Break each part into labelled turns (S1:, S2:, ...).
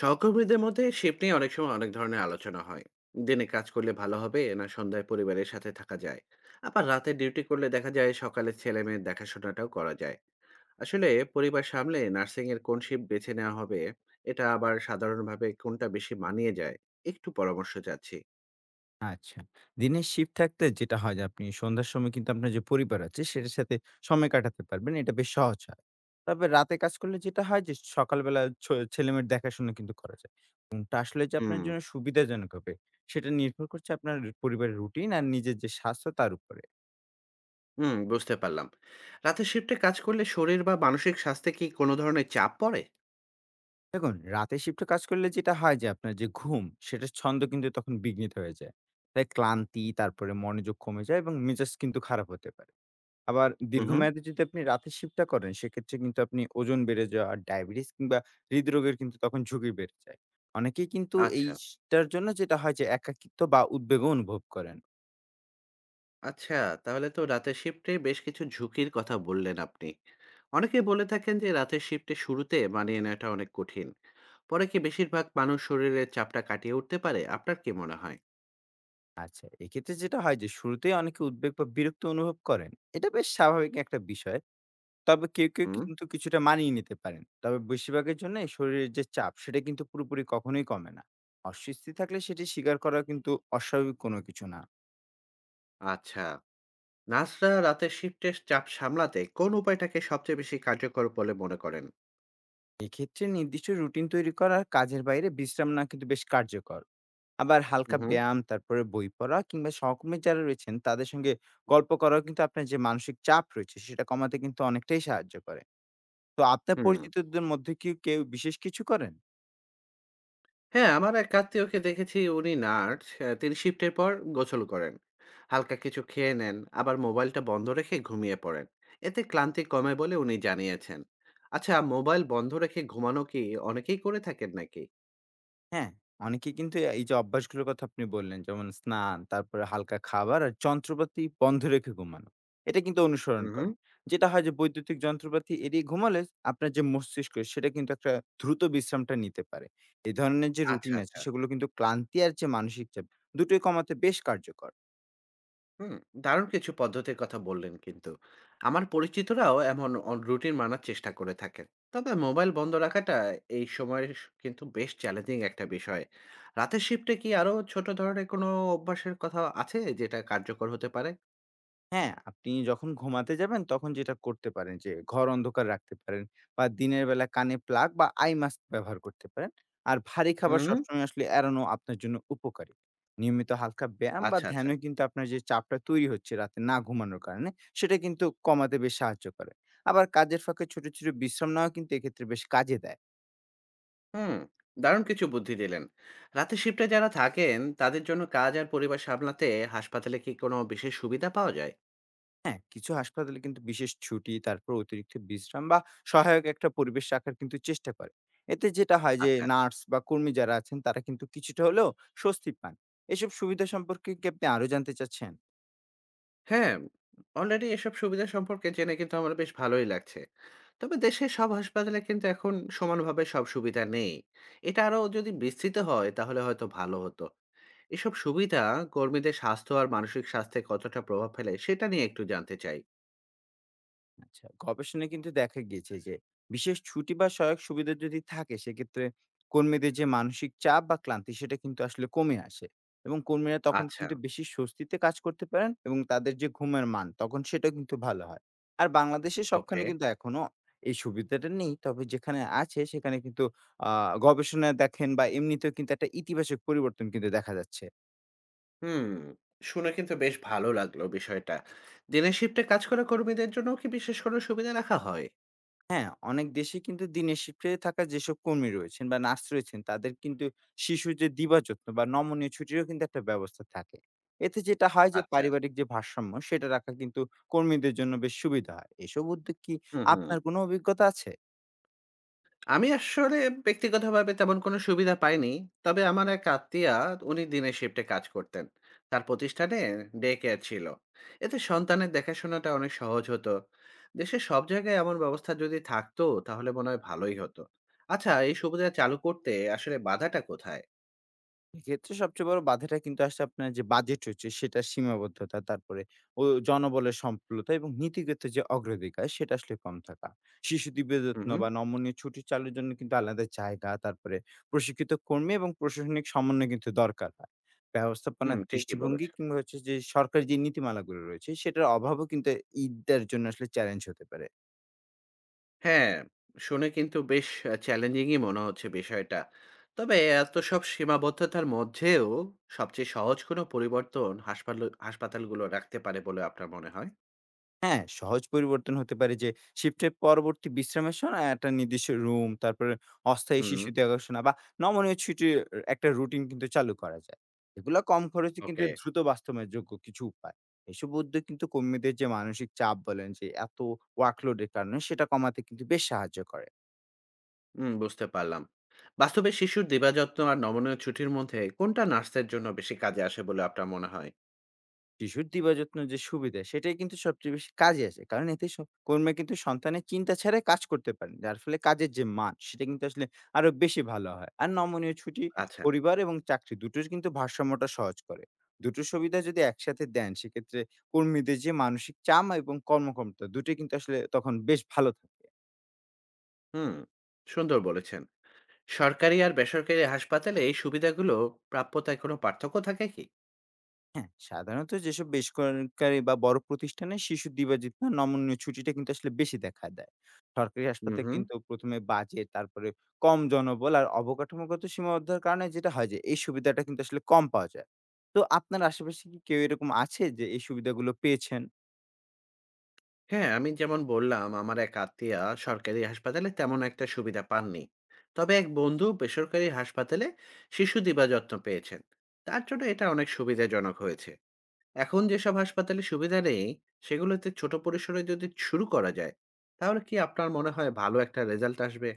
S1: সহকর্মীদের মধ্যে শিফট নিয়ে অনেক সময় অনেক ধরনের আলোচনা হয়। দিনে কাজ করলে ভালো হবে না সন্ধ্যায় পরিবারের সাথে থাকা যায়। আবার রাতে ডিউটি করলে দেখা যায় সকালে ছেলে মেয়ের দেখাশোনাটাও করা যায়। আসলে পরিবার সামলে নার্সিং এর কোন শিফট বেছে নেওয়া হবে, এটা আবার সাধারণভাবে কোনটা বেশি মানিয়ে যায়, একটু পরামর্শ চাচ্ছি।
S2: আচ্ছা। দিনের শিফট থাকতে যেটা হয় যে আপনি সন্ধ্যার সময় কিন্তু আপনার যে পরিবার আছে সেটার সাথে সময় কাটাতে পারবেন। এটা বেশ সহজ হয়। তবে রাতে কাজ করলে যেটা হয় যে সকালবেলা ছেলেমেয়ের দেখাশোনা কিন্তু করা যায়। কোনটা আসলে যে
S1: হুম।
S2: আপনার জন্য সুবিধাজনক হবে সেটা নির্ভর করছে আপনার পরিবারের রুটিন আর নিজের যে স্বাস্থ্য তার উপরে।
S1: হুম, বুঝতে পারলাম। রাতের শিফটে কাজ করলে শরীর বা মানসিক স্বাস্থ্যে কি কোনো ধরনের চাপ পড়ে?
S2: দেখুন, রাতে শিফটে কাজ করলে যেটা হয় যে আপনার যে ঘুম সেটার ছন্দ কিন্তু তখন বিঘ্নিত হয়ে যায়। তাই ক্লান্তি, তারপরে মনোযোগ কমে যায় এবং মেজাজ কিন্তু খারাপ হতে পারে। আবার
S1: হুম হুম।
S2: দীর্ঘমেয়াদে যদি আপনি রাতের শিফটটা করেন, সেক্ষেত্রে কিন্তু আপনি ওজন বেড়ে যাওয়া, ডায়াবেটিস কিংবা হৃদরোগের কিন্তু তখন ঝুঁকি বেড়ে যায়। অনেকেই কিন্তু
S1: আচ্ছা।
S2: এইটার জন্য যেটা হয় যে একাকিত্ব বা উদ্বেগও অনুভব করেন।
S1: আচ্ছা, তাহলে তো রাতের শিফটে বেশ কিছু ঝুঁকির কথা বললেন আপনি। অনেকেই বলে থাকেন যে রাতের শিফটে শুরুতে মানিয়ে নেওয়াটা অনেক কঠিন। পরে কি বেশিরভাগ মানুষ শরীরের চাপটা কাটিয়ে উঠতে পারে? আপনার কি মনে হয়?
S2: আচ্ছা, এক্ষেত্রে যেটা হয় যে শুরুতেই অনেকে উদ্বেগ বা বিরক্তি অনুভব করেন। এটা বেশ স্বাভাবিক একটা বিষয়। তবে কেউ, কেউ
S1: হুম।
S2: কিন্তু কিছুটা মানিয়ে নিতে পারেন। তবে বেশিরভাগের জন্য এই শরীরের যে চাপ সেটা কিন্তু পুরোপুরি কখনোই কমে না। অস্বস্তি থাকলে সেটি স্বীকার করা কিন্তু অস্বাভাবিক কোনো কিছু না।
S1: আচ্ছা, নার্সরা রাতের শিফটের চাপ সামলাতে কোন উপায়টাকে সবচেয়ে বেশি কার্যকর বলে মনে করেন?
S2: এক্ষেত্রে নির্দিষ্ট রুটিন তৈরি করা আর কাজের বাইরে বিশ্রাম না কিন্তু বেশ কার্যকর। আবার হালকা
S1: উহু।
S2: ব্যায়াম, তারপরে বই পড়া কিংবা সহকর্মী যারা রয়েছেন তাদের সঙ্গে গল্প করাও কিন্তু আপনার যে মানসিক চাপ রয়েছে সেটা কমাতে কিন্তু অনেকটাই সাহায্য করে। তো আপনার
S1: হুম।
S2: পরিচিতদের মধ্যে কি কেউ বিশেষ কিছু করেন?
S1: হ্যাঁ, আমার এক আত্মীয়কে দেখেছি উনি নার্স। তিনি শিফটের পর গোসল করেন। হালকা কিছু খেয়ে নেন, আবার মোবাইলটা বন্ধ রেখে ঘুমিয়ে পড়েন। এতে ক্লান্তি কমে বলে উনি জানিয়েছেন। আচ্ছা, মোবাইল বন্ধ রেখে ঘুমানো কি অনেকেই করে থাকেন নাকি?
S2: হ্যাঁ, অনেকে কিন্তু এই যে অভ্যাসগুলোর কথা আপনি বললেন, যেমন স্নান, তারপরে হালকা খাবার আর যন্ত্রপাতি বন্ধ রেখে ঘুমানো। এটা কিন্তু অনুসরণ
S1: হুম, হুম।
S2: করেন। যেটা হয় যে বৈদ্যুতিক যন্ত্রপাতি এড়িয়ে ঘুমালে আপনার যে মস্তিষ্ক, সেটা কিন্তু একটা দ্রুত বিশ্রামটা নিতে পারে। এ ধরনের যে
S1: আচ্ছা,
S2: রুটিন আছে,
S1: আচ্ছা।
S2: সেগুলো কিন্তু ক্লান্তি আর যে মানসিক চাপ, দুটোই কমাতে বেশ কার্যকর।
S1: হুম, দারুণ কিছু পদ্ধতির কথা বললেন কিন্তু। আমার পরিচিতরাও এমন রুটিন মানার চেষ্টা করে থাকেন। তবে মোবাইল বন্ধ রাখাটা এই সময়ের কিন্তু বেশ চ্যালেঞ্জিং একটা বিষয়। রাতের শিফটে কি আরো ছোট ধরনের কোনো অভ্যাসের কথা আছে যেটা কার্যকর হতে পারে?
S2: হ্যাঁ, আপনি যখন ঘুমাতে যাবেন তখন যেটা করতে পারেন যে ঘর অন্ধকার রাখতে পারেন বা দিনের বেলা কানে প্লাগ বা আই মাস্ক ব্যবহার করতে পারেন। আর ভারী খাবার
S1: হুম।
S2: সবসময় আসলে এড়ানো আপনার জন্য উপকারী। নিয়মিত হালকা ব্যায়াম বা
S1: আচ্ছা, আচ্ছা।
S2: ধ্যানও কিন্তু আপনার যে চাপটা তৈরি হচ্ছে রাতে না ঘুমানোর কারণে সেটা কিন্তু কমাতে বেশ সাহায্য করে। আবার কাজের ফাঁকে ছোট, ছোট বিশ্রাম নেওয়া কিন্তু এক্ষেত্রে বেশ কাজে দেয়।
S1: হুম, দারুণ কিছু বুদ্ধি দিলেন। রাতের শিফটে যারা থাকেন তাদের জন্য কাজ আর পরিবার সামলাতে হাসপাতালে কি কোনো বিশেষ সুবিধা পাওয়া যায়?
S2: হ্যাঁ, কিছু হাসপাতালে কিন্তু বিশেষ ছুটি, তারপর অতিরিক্ত বিশ্রাম বা সহায়ক একটা পরিবেশ রাখার কিন্তু চেষ্টা করে। এতে যেটা হয় যে
S1: আচ্ছা।
S2: নার্স বা কর্মী যারা আছেন তারা কিন্তু কিছুটা হলেও স্বস্তি পান। এসব সুবিধা সম্পর্কে কি আপনি আরো জানতে চাচ্ছেন?
S1: হ্যাঁ, অলরেডি এসব সুবিধা সম্পর্কে জেনে কিন্তু আমার বেশ ভালোই লাগছে। তবে দেশের সব হাসপাতালে কিন্তু এখন সমানভাবে সব সুবিধা নেই। এটা আরো যদি বিস্তৃত হয় তাহলে হয়তো ভালো হতো। এসব সুবিধা কর্মীদের স্বাস্থ্য আর মানসিক স্বাস্থ্যে কতটা প্রভাব ফেলে সেটা নিয়ে একটু জানতে চাই।
S2: আচ্ছা, গবেষণায় কিন্তু দেখা গিয়েছে যে বিশেষ ছুটি বা সহায়ক সুবিধা যদি থাকে, সেক্ষেত্রে কর্মীদের যে মানসিক চাপ বা ক্লান্তি সেটা কিন্তু আসলে কমে আসে এবং কর্মীরা তখন
S1: আচ্ছা,
S2: কিন্তু বেশি স্বস্তিতে কাজ করতে পারেন এবং তাদের যে ঘুমের মান তখন সেটা কিন্তু ভালো হয়। আর বাংলাদেশে সবখানে
S1: ওকে।
S2: কিন্তু এখনো এই সুবিধাটা নেই, তবে যেখানে আছে সেখানে কিন্তু গবেষণায় দেখেন বা এমনিতেও কিন্তু একটা ইতিবাচক পরিবর্তন কিন্তু দেখা যাচ্ছে।
S1: হুম, শুনে কিন্তু বেশ ভালো লাগলো বিষয়টা। দিনের শিফটে কাজ করা কর্মীদের জন্যও কি বিশেষ কোনো সুবিধা রাখা হয়?
S2: হ্যাঁ, অনেক দেশে কিন্তু দিনের শিফটে থাকা যেসব কর্মী রয়েছেন বা নার্স রয়েছেন, তাদের কিন্তু শিশু যে দিবাযত্ন বা নমনীয় ছুটিরও কিন্তু একটা ব্যবস্থা থাকে। এতে যেটা হয় যে
S1: আচ্ছা,
S2: পারিবারিক যে ভারসাম্য সেটা রাখা কিন্তু কর্মীদের জন্য বেশ সুবিধা হয়। এসব উদ্যোগ কি
S1: হুম, হুম।
S2: আপনার কোনো অভিজ্ঞতা আছে?
S1: আমি আসলে ব্যক্তিগতভাবে তেমন কোনো সুবিধা পাইনি। তবে আমার এক আত্মীয়া উনি দিনের শিফটে কাজ করতেন। তার প্রতিষ্ঠানে ডে কেয়ার ছিল। এতে সন্তানের দেখাশোনাটা অনেক সহজ হতো। দেশের সব জায়গায় এমন ব্যবস্থা যদি থাকতো তাহলে মনে হয় ভালোই হতো। আচ্ছা, এই সুবিধা চালু করতে আসলে বাধাটা কোথায়?
S2: এক্ষেত্রে সবচেয়ে বড় বাধাটা কিন্তু আসলে আপনার যে বাজেট রয়েছে সেটার সীমাবদ্ধতা, তারপরে ও জনবলের সম্পূলতা এবং নীতিগত যে অগ্রাধিকার সেটা আসলে কম থাকা। শিশু
S1: হুম,
S2: দিব্যযত্ন
S1: হুম,
S2: বা নমনীয় ছুটি চালুর জন্য কিন্তু আলাদা জায়গা, তারপরে প্রশিক্ষিত কর্মী এবং প্রশাসনিক সমন্বয় কিন্তু দরকার হয়। ব্যবস্থাপনার
S1: হুম, ঠিকই
S2: দৃষ্টিভঙ্গি
S1: বলেছেন।
S2: কিংবা হচ্ছে যে সরকারি যে নীতিমালাগুলো রয়েছে সেটার অভাবও কিন্তু ঈদটার জন্য আসলে চ্যালেঞ্জ হতে পারে।
S1: হ্যাঁ, শুনে কিন্তু বেশ চ্যালেঞ্জিংই মনে হচ্ছে বিষয়টা। তবে এত সব সীমাবদ্ধতার মধ্যেও সবচেয়ে সহজ কোনো পরিবর্তন হাসপাতালগুলো রাখতে পারে বলে আপনার মনে হয়?
S2: হ্যাঁ, সহজ পরিবর্তন হতে পারে যে শিফটের পরবর্তী বিশ্রামের সময় একটা নির্দিষ্ট রুম, তারপরে অস্থায়ী
S1: হুম,
S2: শিশুতে দেখাশোনা বা নমনীয় ছুটির একটা রুটিন কিন্তু চালু করা যায়। এগুলা কম খরচে কিন্তু
S1: ওকে।
S2: দ্রুত বাস্তবায়নযোগ্য কিছু উপায়। এসব উদ্যোগ কিন্তু কর্মীদের যে মানসিক চাপ বলেন যে এত ওয়ার্কলোড এর কারণে সেটা কমাতে কিন্তু বেশ সাহায্য করে।
S1: হুম, বুঝতে পারলাম। বাস্তবে শিশুর দিবাযত্ন আর নমনীয় ছুটির মধ্যে কোনটা নার্সদের জন্য বেশি কাজে আসে বলে আপনার মনে হয়?
S2: শিশুর দিবাযত্ন যে সুবিধা সেটাই কিন্তু সবচেয়ে বেশি কাজে আসে। কারণ এতে কর্মীরা কিন্তু সন্তানের চিন্তা ছাড়াই কাজ করতে পারেন। যার ফলে কাজের যে মান সেটা কিন্তু আসলে আরো বেশি ভালো হয়। আর নমনীয় ছুটি
S1: আচ্ছা,
S2: পরিবার এবং চাকরি দুটোর কিন্তু ভারসাম্যটা সহজ করে। দুটো সুবিধা যদি একসাথে দেন, সেক্ষেত্রে কর্মীদের যে মানসিক চাম এবং কর্মক্ষমতা দুটোই কিন্তু আসলে তখন বেশ ভালো থাকে।
S1: হুম, সুন্দর বলেছেন। সরকারি আর বেসরকারি হাসপাতালে এই সুবিধাগুলো প্রাপ্যতায় কোনো পার্থক্য থাকে কি?
S2: হ্যাঁ, সাধারণত যেসব বেসরকারি বা বড় প্রতিষ্ঠানে শিশু দিবাযত্ন বা নমনীয় ছুটিটা কিন্তু আসলে বেশি দেখা দেয়। সরকারি
S1: হুম,
S2: হাসপাতালে
S1: হুম।
S2: কিন্তু ১ম এ বাজেট, তারপরে কম জনবল আর অবকাঠামোগত সীমাবদ্ধতার কারণে যেটা হয় যে এই সুবিধাটা কিন্তু আসলে কম পাওয়া যায়। তো আপনার আশেপাশে কি কেউ এরকম আছে যে এই সুবিধাগুলো পেয়েছেন?
S1: হ্যাঁ, আমি যেমন বললাম, আমার এক আত্মীয়া সরকারি হাসপাতালে তেমন একটা সুবিধা পাননি। তবে এক বন্ধু বেসরকারি হাসপাতালে শিশু দিবাযত্ন পেয়েছেন। তার জন্য এটা অনেক সুবিধাজনক হয়েছে। এখন যেসব হাসপাতালে সুবিধা নেই, সেগুলোতে ছোট পরিসরে যদি শুরু করা যায়, তাহলে কি আপনার মনে হয় ভালো একটা রেজাল্ট আসবে?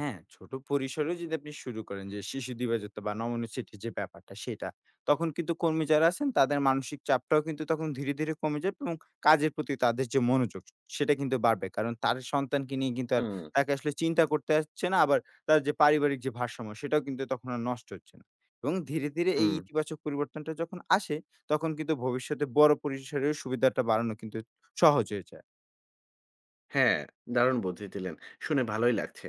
S2: হ্যাঁ, ছোট পরিসরেও যদি আপনি শুরু করেন যে শিশু দিবাযত্ন বা নমনীয় ছুটির যে ব্যাপারটা সেটা, তখন কিন্তু কর্মী যারা আছেন তাদের মানসিক চাপটাও কিন্তু তখন ধীরে, ধীরে কমে যাবে এবং কাজের প্রতি তাদের যে মনোযোগ সেটা কিন্তু বাড়বে। কারণ তার সন্তানকে নিয়ে কিন্তু আর
S1: হুম,
S2: তাকে আসলে চিন্তা করতে হচ্ছে না, আবার তার যে পারিবারিক যে ভারসাম্য সেটাও কিন্তু তখন আর নষ্ট হচ্ছে না। এবং ধীরে, ধীরে এই
S1: হুম।
S2: ইতিবাচক পরিবর্তনটা যখন আসে তখন কিন্তু ভবিষ্যতে বড় পরিসরেও সুবিধাটা বাড়ানো কিন্তু সহজ হয়ে যায়।
S1: হ্যাঁ, দারুণ বুদ্ধি দিলেন। শুনে ভালোই লাগছে।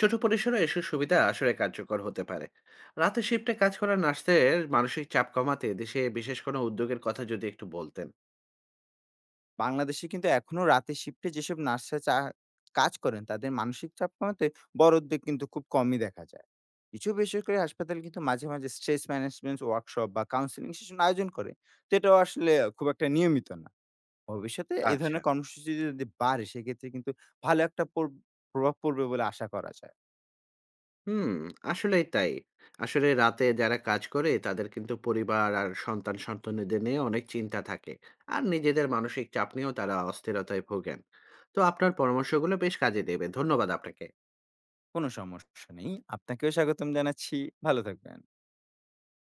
S1: ছোট পরিসরে এসব সুবিধা আসলে কার্যকর হতে পারে। রাতের শিফটে কাজ করা নার্সদের মানসিক চাপ কমাতে দেশে বিশেষ কোনো উদ্যোগের কথা যদি একটু বলতেন।
S2: বাংলাদেশে কিন্তু এখনো রাতের শিফটে যেসব নার্সরা কাজ করেন তাদের মানসিক চাপ কমাতে বড় উদ্যোগ কিন্তু খুব কমই দেখা যায়। কিছু বেসরকারি হাসপাতাল কিন্তু মাঝে, মাঝে স্ট্রেস ম্যানেজমেন্ট ওয়ার্কশপ বা কাউন্সেলিং সেশন আয়োজন করে। তো এটাও আসলে খুব একটা নিয়মিত না। ভবিষ্যতে এই
S1: আচ্ছা।
S2: ধরনের কর্মসূচি যদি বাড়ে, সেক্ষেত্রে কিন্তু ভালো একটা প্রভাব পড়বে বলে আশা করা যায়।
S1: হুম, আসলেই তাই। আসলে রাতে যারা কাজ করে তাদের কিন্তু পরিবার আর সন্তান-সন্ততিদের নিয়ে অনেক চিন্তা থাকে। আর নিজেদের মানসিক চাপ নিয়েও তারা অস্থিরতায় ভোগেন। তো আপনার পরামর্শগুলো বেশ কাজে দেবে। ধন্যবাদ আপনাকে।
S2: কোনো সমস্যা নেই। আপনাকেও স্বাগতম জানাচ্ছি। ভালো থাকবেন।